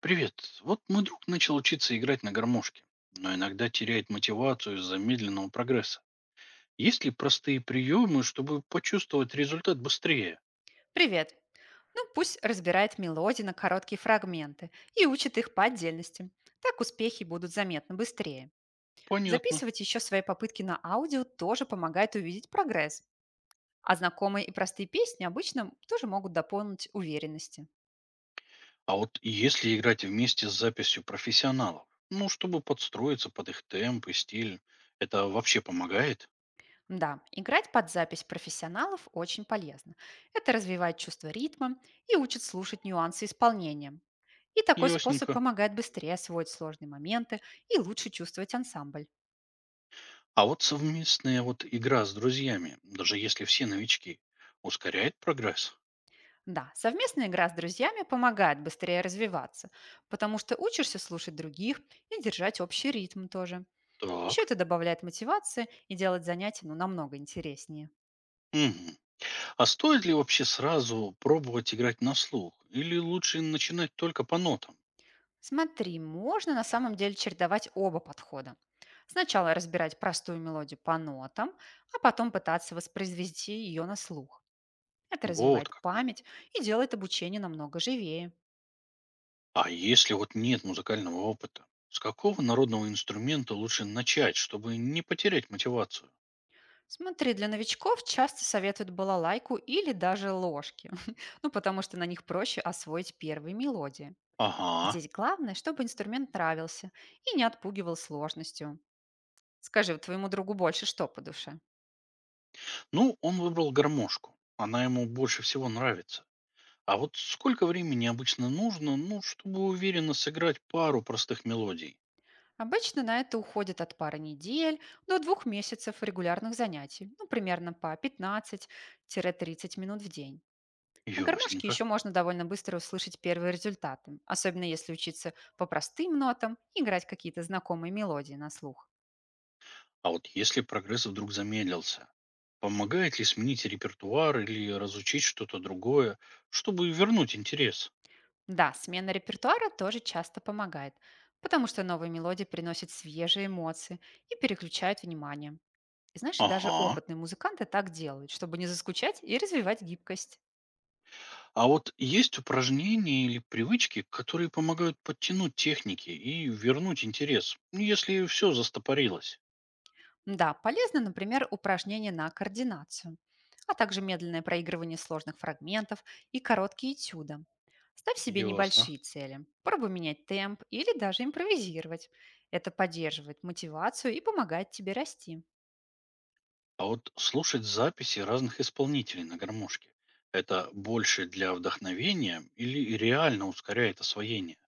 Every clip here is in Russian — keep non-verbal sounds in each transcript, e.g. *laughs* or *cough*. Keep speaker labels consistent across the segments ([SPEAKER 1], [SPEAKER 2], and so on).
[SPEAKER 1] Привет. Вот мой друг начал учиться играть на гармошке, но иногда теряет мотивацию из-за медленного прогресса. Есть ли простые приемы, чтобы почувствовать результат быстрее?
[SPEAKER 2] Привет. Ну, пусть разбирает мелодии на короткие фрагменты и учит их по отдельности. Так успехи будут заметно быстрее.
[SPEAKER 1] Понятно.
[SPEAKER 2] Записывать еще свои попытки на аудио тоже помогает увидеть прогресс. А знакомые и простые песни обычно тоже могут дополнить уверенности.
[SPEAKER 1] А вот если играть вместе с записью профессионалов, ну, чтобы подстроиться под их темп и стиль, это вообще помогает?
[SPEAKER 2] Да, играть под запись профессионалов очень полезно. Это развивает чувство ритма и учит слушать нюансы исполнения. И такой способ
[SPEAKER 1] Ясненько.
[SPEAKER 2] помогает быстрее освоить сложные моменты и лучше чувствовать ансамбль.
[SPEAKER 1] А вот совместная игра с друзьями, даже если все новички, ускоряет прогресс?
[SPEAKER 2] Да, совместная игра с друзьями помогает быстрее развиваться, потому что учишься слушать других и держать общий ритм тоже. Еще
[SPEAKER 1] Так.
[SPEAKER 2] это добавляет мотивации и делает занятия, ну, намного интереснее.
[SPEAKER 1] Мгм. А стоит ли вообще сразу пробовать играть на слух? Или лучше начинать только по нотам?
[SPEAKER 2] Смотри, можно на самом деле чередовать оба подхода. Сначала разбирать простую мелодию по нотам, а потом пытаться воспроизвести ее на слух. Это
[SPEAKER 1] Вот
[SPEAKER 2] развивает
[SPEAKER 1] как.
[SPEAKER 2] память и делает обучение намного живее.
[SPEAKER 1] А если нет музыкального опыта? С какого народного инструмента лучше начать, чтобы не потерять мотивацию?
[SPEAKER 2] Смотри, для новичков часто советуют балалайку или даже ложки, *laughs* ну потому что на них проще освоить первые мелодии.
[SPEAKER 1] Ага.
[SPEAKER 2] Здесь главное, чтобы инструмент нравился и не отпугивал сложностью. Скажи, вот твоему другу больше что по душе?
[SPEAKER 1] Ну, он выбрал гармошку. Она ему больше всего нравится. А вот сколько времени обычно нужно, ну, чтобы уверенно сыграть пару простых мелодий?
[SPEAKER 2] Обычно на это уходит от пары недель до двух месяцев регулярных занятий, ну примерно по 15-30 минут в день. На гармошке
[SPEAKER 1] Ясненько.
[SPEAKER 2] еще можно довольно быстро услышать первые результаты, особенно если учиться по простым нотам и играть какие-то знакомые мелодии на слух.
[SPEAKER 1] А вот если прогресс вдруг замедлился, помогает ли сменить репертуар или разучить что-то другое, чтобы вернуть интерес?
[SPEAKER 2] Да, смена репертуара тоже часто помогает, потому что новые мелодии приносят свежие эмоции и переключают внимание. И знаешь, и даже
[SPEAKER 1] Ага.
[SPEAKER 2] опытные музыканты так делают, чтобы не заскучать и развивать гибкость.
[SPEAKER 1] А вот есть упражнения или привычки, которые помогают подтянуть техники и вернуть интерес, ну, если все застопорилось?
[SPEAKER 2] Да, полезно, например, упражнения на координацию, а также медленное проигрывание сложных фрагментов и короткие этюды. Ставь себе
[SPEAKER 1] Ясно.
[SPEAKER 2] небольшие цели, пробуй менять темп или даже импровизировать. Это поддерживает мотивацию и помогает тебе расти.
[SPEAKER 1] А вот слушать записи разных исполнителей на гармошке — это больше для вдохновения или реально ускоряет освоение?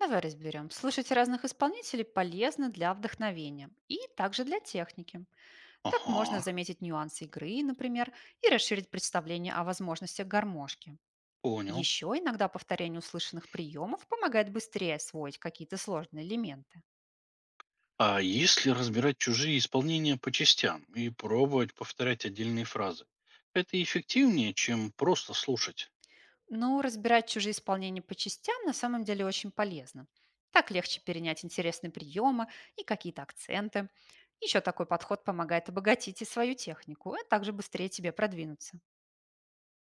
[SPEAKER 2] Давай разберем. Слушать разных исполнителей полезно для вдохновения и также для техники. Так можно
[SPEAKER 1] Ага,
[SPEAKER 2] заметить нюансы игры, например, и расширить представление о возможностях гармошки.
[SPEAKER 1] понял.
[SPEAKER 2] Еще иногда повторение услышанных приемов помогает быстрее освоить какие-то сложные элементы.
[SPEAKER 1] А если разбирать чужие исполнения по частям и пробовать повторять отдельные фразы, это эффективнее, чем просто слушать?
[SPEAKER 2] Но разбирать чужие исполнения по частям на самом деле очень полезно. Так легче перенять интересные приемы и какие-то акценты. Еще такой подход помогает обогатить и свою технику, а также быстрее тебе продвинуться.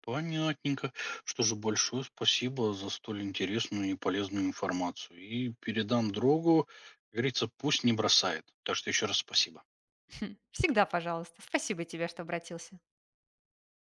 [SPEAKER 1] Понятненько. Что же, большое спасибо за столь интересную и полезную информацию. И передам другу, как говорится, пусть не бросает. Так что еще раз спасибо.
[SPEAKER 2] *laughs* Всегда пожалуйста. Спасибо тебе, что обратился.